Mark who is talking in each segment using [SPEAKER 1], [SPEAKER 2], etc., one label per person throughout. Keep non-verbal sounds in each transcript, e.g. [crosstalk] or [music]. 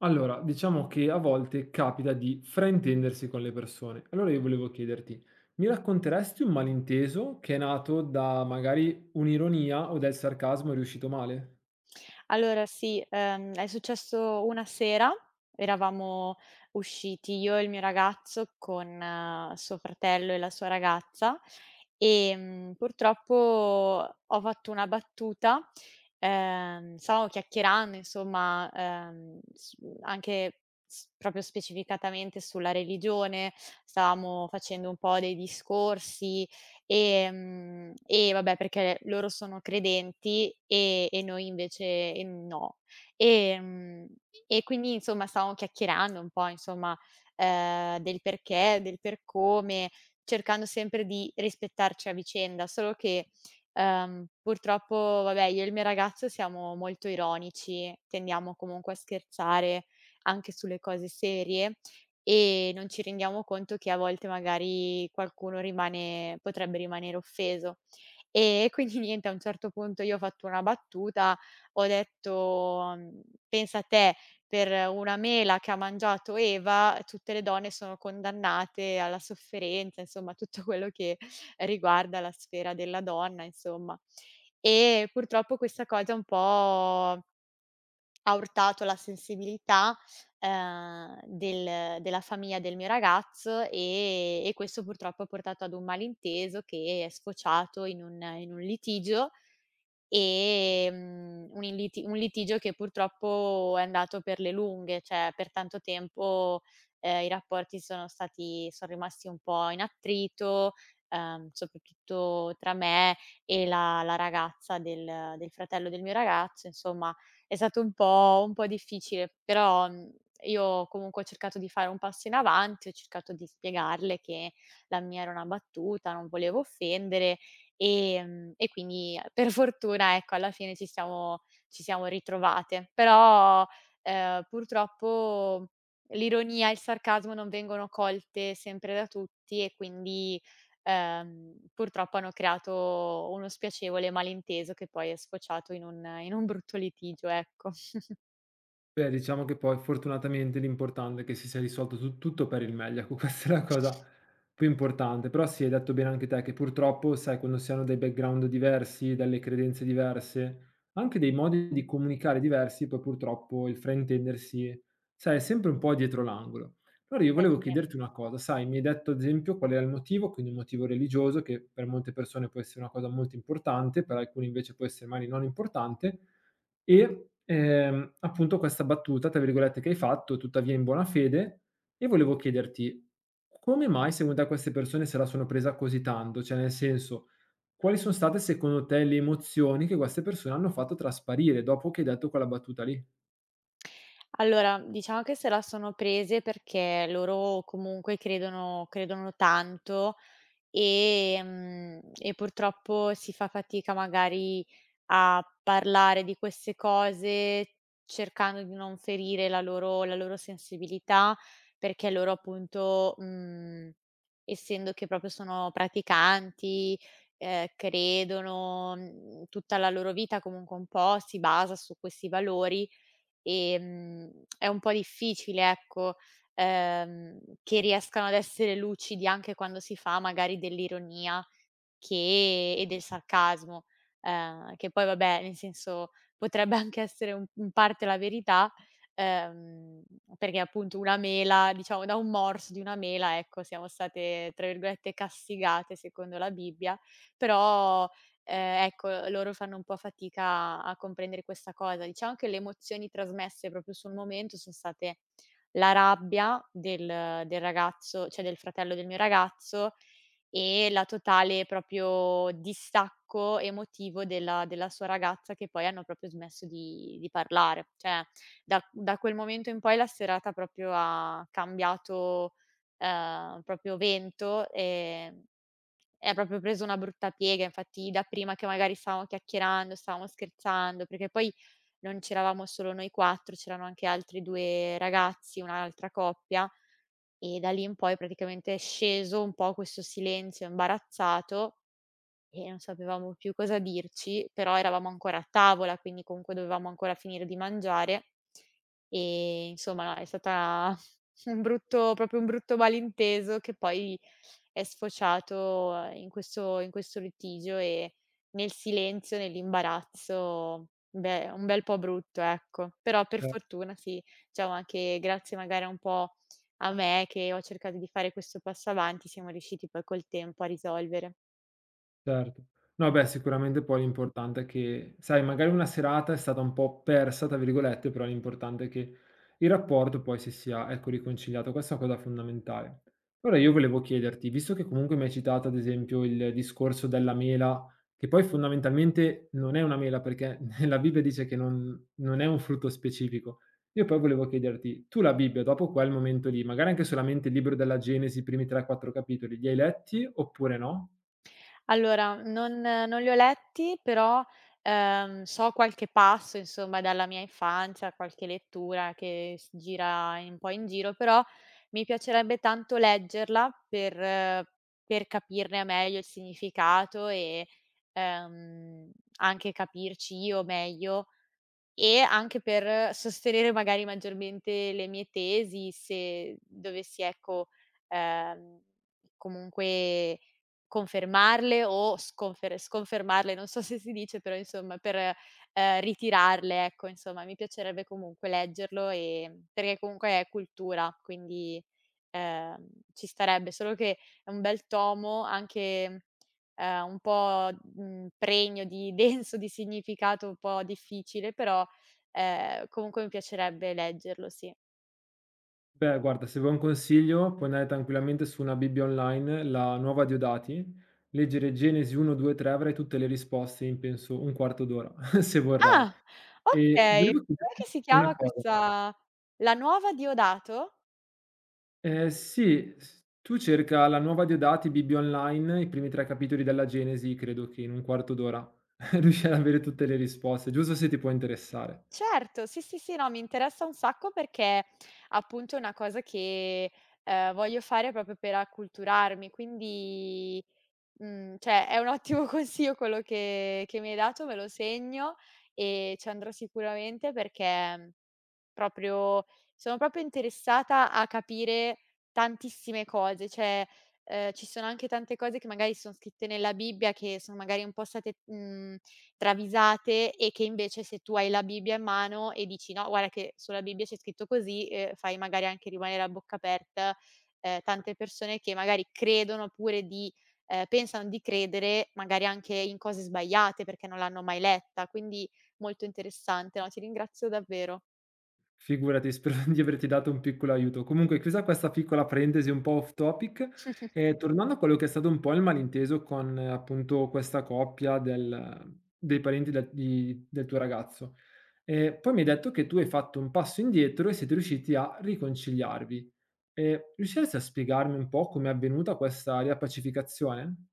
[SPEAKER 1] Allora, diciamo che a volte capita di fraintendersi con le persone. Allora io volevo chiederti, mi racconteresti un malinteso che è nato da magari un'ironia o del sarcasmo e è riuscito male?
[SPEAKER 2] Allora sì, è successo una sera, eravamo usciti io e il mio ragazzo con suo fratello e la sua ragazza. Purtroppo ho fatto una battuta. Stavamo chiacchierando, insomma, s anche s proprio specificatamente sulla religione, stavamo facendo un po' dei discorsi. E vabbè, perché loro sono credenti e noi invece, no. Ehm, e quindi, insomma, stavamo chiacchierando un po', insomma, del perché, del per come, cercando sempre di rispettarci a vicenda, solo che, purtroppo vabbè, io e il mio ragazzo siamo molto ironici, tendiamo comunque a scherzare anche sulle cose serie e non ci rendiamo conto che a volte magari qualcuno rimane potrebbe rimanere offeso. E [laughs] quindi niente, a un certo punto io ho fatto una battuta, ho detto: Pensa a te, per una mela che ha mangiato Eva, tutte le donne sono condannate alla sofferenza", insomma tutto quello che riguarda la sfera della donna, insomma. E purtroppo questa cosa un po' ha urtato la sensibilità, della famiglia del mio ragazzo. E questo purtroppo ha portato ad un malinteso che è sfociato in un litigio. Un litigio che purtroppo è andato per le lunghe, cioè per tanto tempo. I rapporti son rimasti un po' in attrito, soprattutto tra me e la ragazza del fratello del mio ragazzo. Insomma è stato un po' difficile, però, io comunque ho cercato di fare un passo in avanti, ho cercato di spiegarle che la mia era una battuta, non volevo offendere. E quindi, per fortuna, ecco, alla fine ci siamo ritrovate. Però, purtroppo l'ironia e il sarcasmo non vengono colte sempre da tutti, e quindi, purtroppo hanno creato uno spiacevole malinteso che poi è sfociato in un brutto litigio, ecco.
[SPEAKER 1] Beh, diciamo che poi fortunatamente l'importante è che si sia risolto tu tutto per il meglio, ecco [laughs] questa è la cosa più importante. Però sì, hai detto bene anche te che purtroppo, sai, quando si hanno dei background diversi, delle credenze diverse, anche dei modi di comunicare diversi, poi purtroppo il fraintendersi, sai, è sempre un po' dietro l'angolo. Allora io
[SPEAKER 2] Eh
[SPEAKER 1] volevo
[SPEAKER 2] sì.
[SPEAKER 1] chiederti una cosa, sai, mi hai detto ad esempio qual era il motivo, quindi un motivo religioso che per molte persone può essere una cosa molto importante, per alcuni invece può essere magari non importante. E, appunto questa battuta, tra virgolette, che hai fatto, tuttavia in buona fede, e volevo chiederti: come mai secondo te queste persone se la sono presa così tanto? Cioè, nel senso, quali son state secondo te le emozioni che queste persone hanno fatto trasparire dopo che hai detto quella battuta lì?
[SPEAKER 2] Allora, diciamo che se la sono prese perché loro comunque credono tanto. E purtroppo si fa fatica magari a parlare di queste cose, cercando di non ferire la loro sensibilità, perché loro appunto, essendo che proprio sono praticanti, credono, tutta la loro vita comunque un po' si basa su questi valori. Ehm, è un po' difficile, ecco, che riescano ad essere lucidi anche quando si fa magari dell'ironia che e del sarcasmo, che poi vabbè, nel senso, potrebbe [laughs] anche essere un in parte la verità, ehm, perché appunto una mela, diciamo, da un morso di una mela, ecco, siamo state tra virgolette "castigate" secondo la Bibbia. Però, ecco, loro fanno un po' fatica a comprendere questa cosa. Diciamo che le emozioni trasmesse proprio sul momento son state la rabbia del ragazzo, cioè del fratello del mio ragazzo, e la totale proprio distacco emotivo della sua ragazza, che poi hanno proprio smesso di parlare. Cioè da quel momento in poi la serata proprio ha cambiato, proprio vento, e ha proprio preso una brutta piega. Infatti dapprima che magari stavamo chiacchierando, stavamo scherzando, perché poi non c'eravamo solo noi 4, c'erano anche altri 2 ragazzi, un'altra coppia, e da lì in poi praticamente è sceso un po' questo silenzio imbarazzato, e non sapevamo più cosa dirci, però eravamo ancora a tavola, quindi comunque dovevamo ancora finire di mangiare. Insomma è stata [laughs] un brutto proprio un brutto malinteso che poi è sfociato, in questo litigio e nel silenzio, nell'imbarazzo, beh, un bel po' brutto, ecco. Però per
[SPEAKER 1] Eh,
[SPEAKER 2] fortuna sì, diciamo, anche grazie magari un po' a me che ho cercato di fare questo passo avanti, siamo riusciti poi col tempo a risolvere.
[SPEAKER 1] Certo. No, beh, sicuramente poi l'importante è che sai, magari una serata è stata un po' "persa" tra virgolette, però l'importante è che il rapporto poi si sia, ecco, riconciliato. Questa è una cosa fondamentale. Ora io volevo chiederti, visto che comunque mi hai citato ad esempio il discorso della mela, che poi fondamentalmente non è una mela perché [laughs] la Bibbia dice che non è un frutto specifico. Io poi volevo chiederti, tu la Bibbia dopo quel momento lì, magari anche solamente il libro della Genesi, i primi 3, 4 capitoli, li hai letti oppure no?
[SPEAKER 2] Allora, non li ho letti, però, so qualche passo, insomma, dalla mia infanzia, qualche lettura che s gira un po' in giro, però mi piacerebbe tanto leggerla per, per capirne meglio il significato, e, ehm, anche capirci io meglio, e anche per sostenere magari maggiormente le mie tesi, se dovessi, ecco, ehm, comunque confermarle o sconfermarle, non so se si dice, però insomma per, ritirarle, ecco. Insomma mi piacerebbe comunque leggerlo, perché comunque è cultura, quindi, ci starebbe. Solo che è un bel tomo, anche, un po', pregno di [laughs] denso di significato, un po' difficile, però. Comunque mi piacerebbe leggerlo, sì.
[SPEAKER 1] Beh, guarda, se vuoi un consiglio, puoi andare tranquillamente su una Bibbia online, la Nuova Diodati, leggere Genesi 1, 2, 3, avrai tutte le risposte in penso un quarto d'ora, [laughs] se vorrai.
[SPEAKER 2] Ah,
[SPEAKER 1] E
[SPEAKER 2] okay.
[SPEAKER 1] volevo
[SPEAKER 2] Com'è
[SPEAKER 1] chiederti
[SPEAKER 2] che si chiama
[SPEAKER 1] una cosa.
[SPEAKER 2] questa... La Nuova Diodato?
[SPEAKER 1] Sì, s tu cerca la Nuova Diodati, Bibbia online, i primi 3 capitoli della Genesi, credo che in un quarto d'ora [laughs] riuscirai ad avere tutte le risposte, giusto se ti può interessare.
[SPEAKER 2] Certo, sì, sì, sì, no, mi interessa un sacco perché appunto è una cosa che, voglio fare proprio per acculturarmi, quindi, cioè è un ottimo [laughs] consiglio quello che mi hai dato, me lo segno e ci andrò sicuramente, perché Proprio sono proprio interessata a capire tantissime cose, cioè, ci sono anche tante cose che magari son scritte nella Bibbia, che sono magari un po' state, travisate, e che invece se tu hai la Bibbia in mano e dici: "No, guarda che sulla Bibbia c'è scritto così", fai magari anche rimanere a bocca aperta, tante persone che magari credono oppure di, pensano di credere magari anche in cose sbagliate perché non l'hanno mai letta, quindi molto interessante. No, ti ringrazio davvero.
[SPEAKER 1] Figurati, spero [laughs] di averti dato un piccolo aiuto. Comunque, chiusa questa piccola parentesi un po' off topic, tornando a quello che è stato un po' il malinteso con appunto questa coppia del dei parenti del di del tuo ragazzo. Poi mi hai detto che tu hai fatto un passo indietro e siete riusciti a riconciliarvi. Riusciresti a spiegarmi un po' com'è avvenuta questa riappacificazione?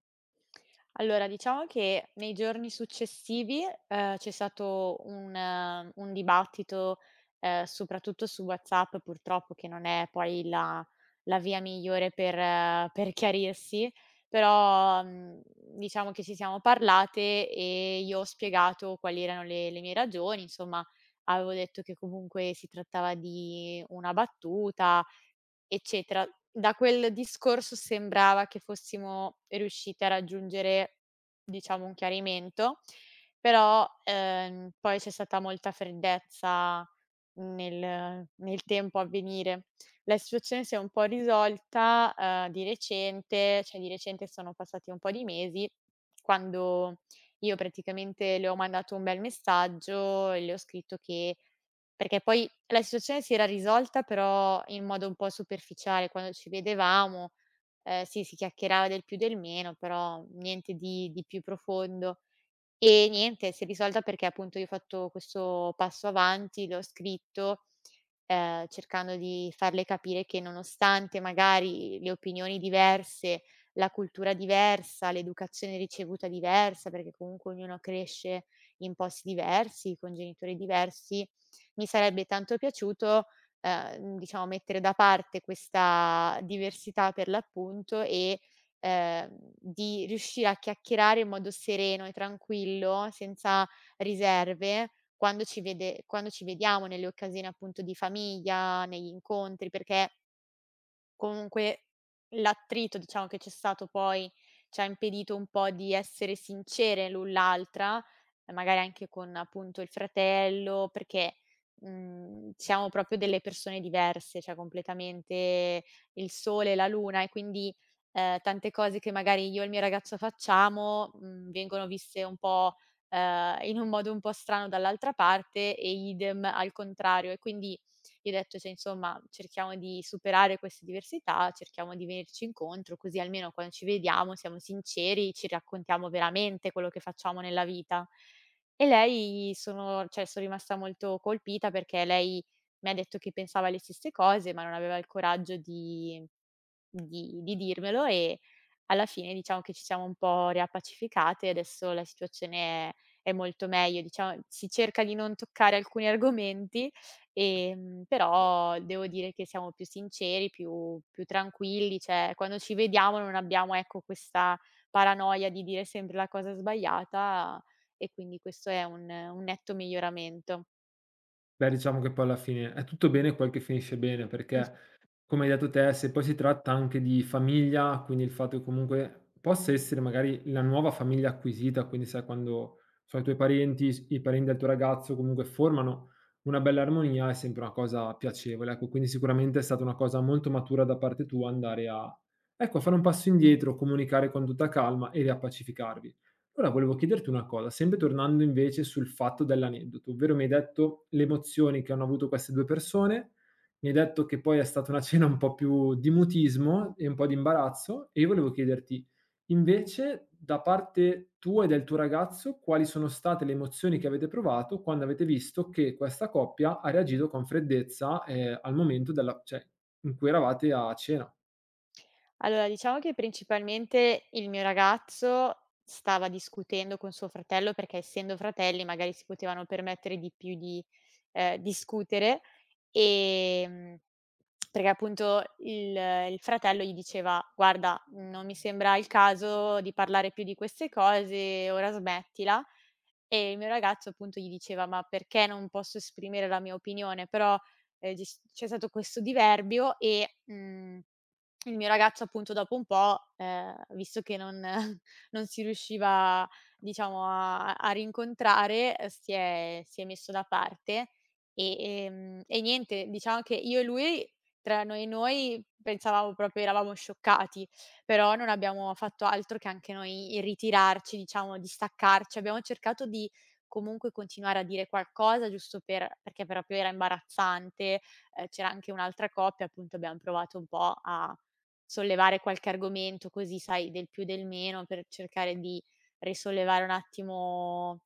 [SPEAKER 2] Allora, diciamo che nei giorni successivi, c'è stato un dibattito, soprattutto su WhatsApp, purtroppo, che non è poi la via migliore per, per chiarirsi. Però, diciamo che ci siamo parlate e io ho spiegato quali erano le mie ragioni, insomma, avevo detto che comunque si trattava di una battuta, eccetera. Da quel discorso sembrava che fossimo riuscite a raggiungere, diciamo, un chiarimento, però, poi c'è stata molta freddezza nel tempo a venire. La situazione si è un po' risolta, di recente, cioè di recente sono passati un po' di mesi, quando io praticamente le ho mandato un bel messaggio e le ho scritto che, perché poi la situazione si era risolta però in modo un po' superficiale, quando ci vedevamo, sì, si chiacchierava del più del meno, però niente di più profondo. E niente, si è risolta perché appunto io ho fatto questo passo avanti, le ho scritto, cercando di farle capire che nonostante magari le opinioni diverse, la cultura diversa, l'educazione ricevuta diversa, perché comunque ognuno cresce in posti diversi, con genitori diversi, mi sarebbe tanto piaciuto, diciamo, mettere da parte questa diversità per l'appunto, e, di riuscire a chiacchierare in modo sereno e tranquillo, senza riserve, quando ci vede quando ci vediamo nelle occasioni appunto di famiglia, negli incontri, perché comunque l'attrito, diciamo, che c'è stato poi ci ha impedito un po' di essere sincere l'un l'altra, magari anche con appunto il fratello, perché, siamo proprio delle persone diverse, cioè completamente il sole e la luna. E quindi, tante cose che magari io e il mio ragazzo facciamo, vengono viste un po', in un modo un po' strano dall'altra parte, e idem al contrario. E quindi gli ho detto: "Cioè, insomma, cerchiamo di superare queste diversità, cerchiamo di venirci incontro, così almeno quando ci vediamo siamo sinceri, ci raccontiamo veramente quello che facciamo nella vita". E lei sono Cioè, son rimasta molto colpita, perché lei mi ha detto che pensava le stesse cose, ma non aveva il coraggio di di dirmelo, e alla fine diciamo che ci siamo un po' riappacificate, e adesso la situazione è molto meglio. Diciamo, si cerca di non toccare alcuni argomenti,
[SPEAKER 1] Sì.
[SPEAKER 2] però devo dire che siamo più sinceri, più tranquilli, cioè quando ci vediamo non abbiamo, ecco, questa paranoia di dire sempre la cosa sbagliata, e quindi questo è un netto miglioramento.
[SPEAKER 1] Beh, diciamo che poi alla fine è tutto bene quel che finisce bene, perché come hai detto te, se poi si tratta anche di famiglia, quindi il fatto che comunque possa essere magari la nuova famiglia acquisita, quindi sai quando sono i tuoi parenti, s i parenti del tuo ragazzo, comunque formano una bella armonia, è sempre una cosa piacevole, ecco. Quindi sicuramente è stata una cosa molto matura da parte tua andare a ecco, a fare un passo indietro, comunicare con tutta calma e riappacificarvi. Ora volevo chiederti una cosa, sempre tornando invece sul fatto dell'aneddoto, ovvero mi hai detto le emozioni che hanno avuto queste 2 persone, mi hai detto che poi è stata una cena un po' più di mutismo e un po' di imbarazzo e io volevo chiederti, invece, da parte tua e del tuo ragazzo, quali sono state le emozioni che avete provato quando avete visto che questa coppia ha reagito con freddezza, al momento della cioè, in cui eravate a cena?
[SPEAKER 2] Allora, diciamo che principalmente il mio ragazzo stava discutendo con suo fratello, perché essendo fratelli magari si potevano permettere di più di, discutere, ehm, perché appunto il fratello gli diceva: "Guarda, non mi sembra il caso di parlare più di queste cose, ora smettila". E il mio ragazzo appunto gli diceva: "Ma perché non posso esprimere la mia opinione?". Però, ci s c'è stato questo diverbio e, mhmm il mio ragazzo appunto dopo un po', visto che non [laughs] non si riusciva, diciamo, a rincontrare, si è messo da parte. E, e niente, diciamo che io e lui, tra noi, pensavamo proprio, eravamo scioccati, però non abbiamo fatto altro che anche noi ritirarci, diciamo, distaccarci. Abbiamo cercato di comunque continuare a dire qualcosa giusto perché proprio era imbarazzante. C'era anche un'altra coppia, appunto abbiam provato un po' a sollevare qualche argomento così, sai, del più del meno, per cercare di risollevare un attimo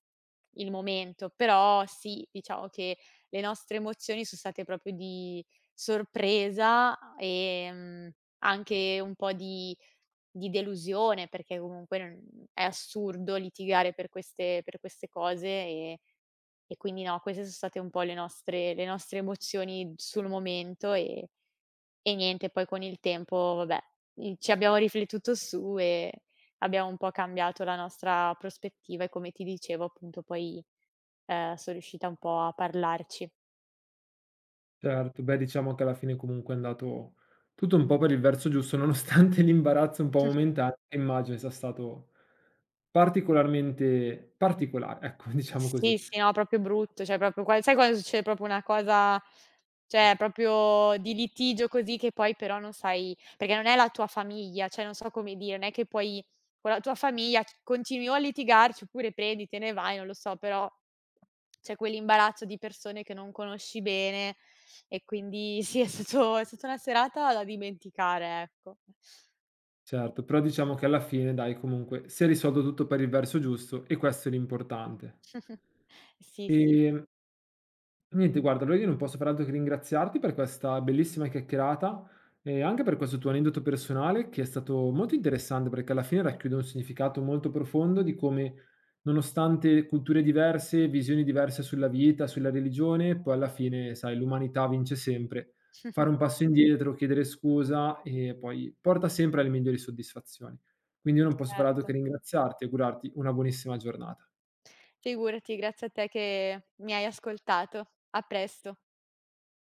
[SPEAKER 2] il momento. Però sì, diciamo che le nostre emozioni son state proprio di sorpresa, anche un po' di delusione, perché comunque non è assurdo litigare per queste cose. E quindi no, queste son state un po' le nostre emozioni sul momento. E niente, poi con il tempo, vabbè, ci abbiamo riflettuto su, e abbiamo un po' cambiato la nostra prospettiva. E come ti dicevo, appunto, poi, son riuscita un po' a parlarci.
[SPEAKER 1] Certo, beh, diciamo che alla fine comunque è andato tutto un po' per il verso giusto, nonostante [laughs] l'imbarazzo un po' momentaneo, che immagino sia stato particolarmente particolare, ecco, [laughs] diciamo così.
[SPEAKER 2] Sì, sì, no, proprio brutto, cioè proprio qua, sai, quando succede proprio una cosa, cioè proprio di litigio così, che poi però non sai perché non è la tua famiglia, cioè non so come dire, non è che poi con la tua famiglia c continui o a litigarci oppure prendi, te ne vai, non lo so. Però c'è quell'imbarazzo di persone che non conosci bene, e quindi [laughs] sì, è stata una serata da dimenticare, ecco.
[SPEAKER 1] Certo, però diciamo che alla fine dai, comunque si è risolto tutto per il verso giusto e questo è l'importante.
[SPEAKER 2] [laughs] Sì, sì,
[SPEAKER 1] Sì. Niente, guarda, allora io non posso far altro che ringraziarti per questa bellissima chiacchierata e anche per questo tuo aneddoto personale che è stato molto interessante perché alla fine racchiude un significato molto profondo di come, nonostante culture diverse, visioni diverse sulla vita, sulla religione, poi alla fine, sai, l'umanità vince sempre. Fare un passo indietro, chiedere scusa e poi porta sempre alle migliori soddisfazioni. Quindi io non posso far altro che
[SPEAKER 2] certo.
[SPEAKER 1] ringraziarti e augurarti una buonissima giornata.
[SPEAKER 2] Figurati, grazie a te che mi hai ascoltato. A presto.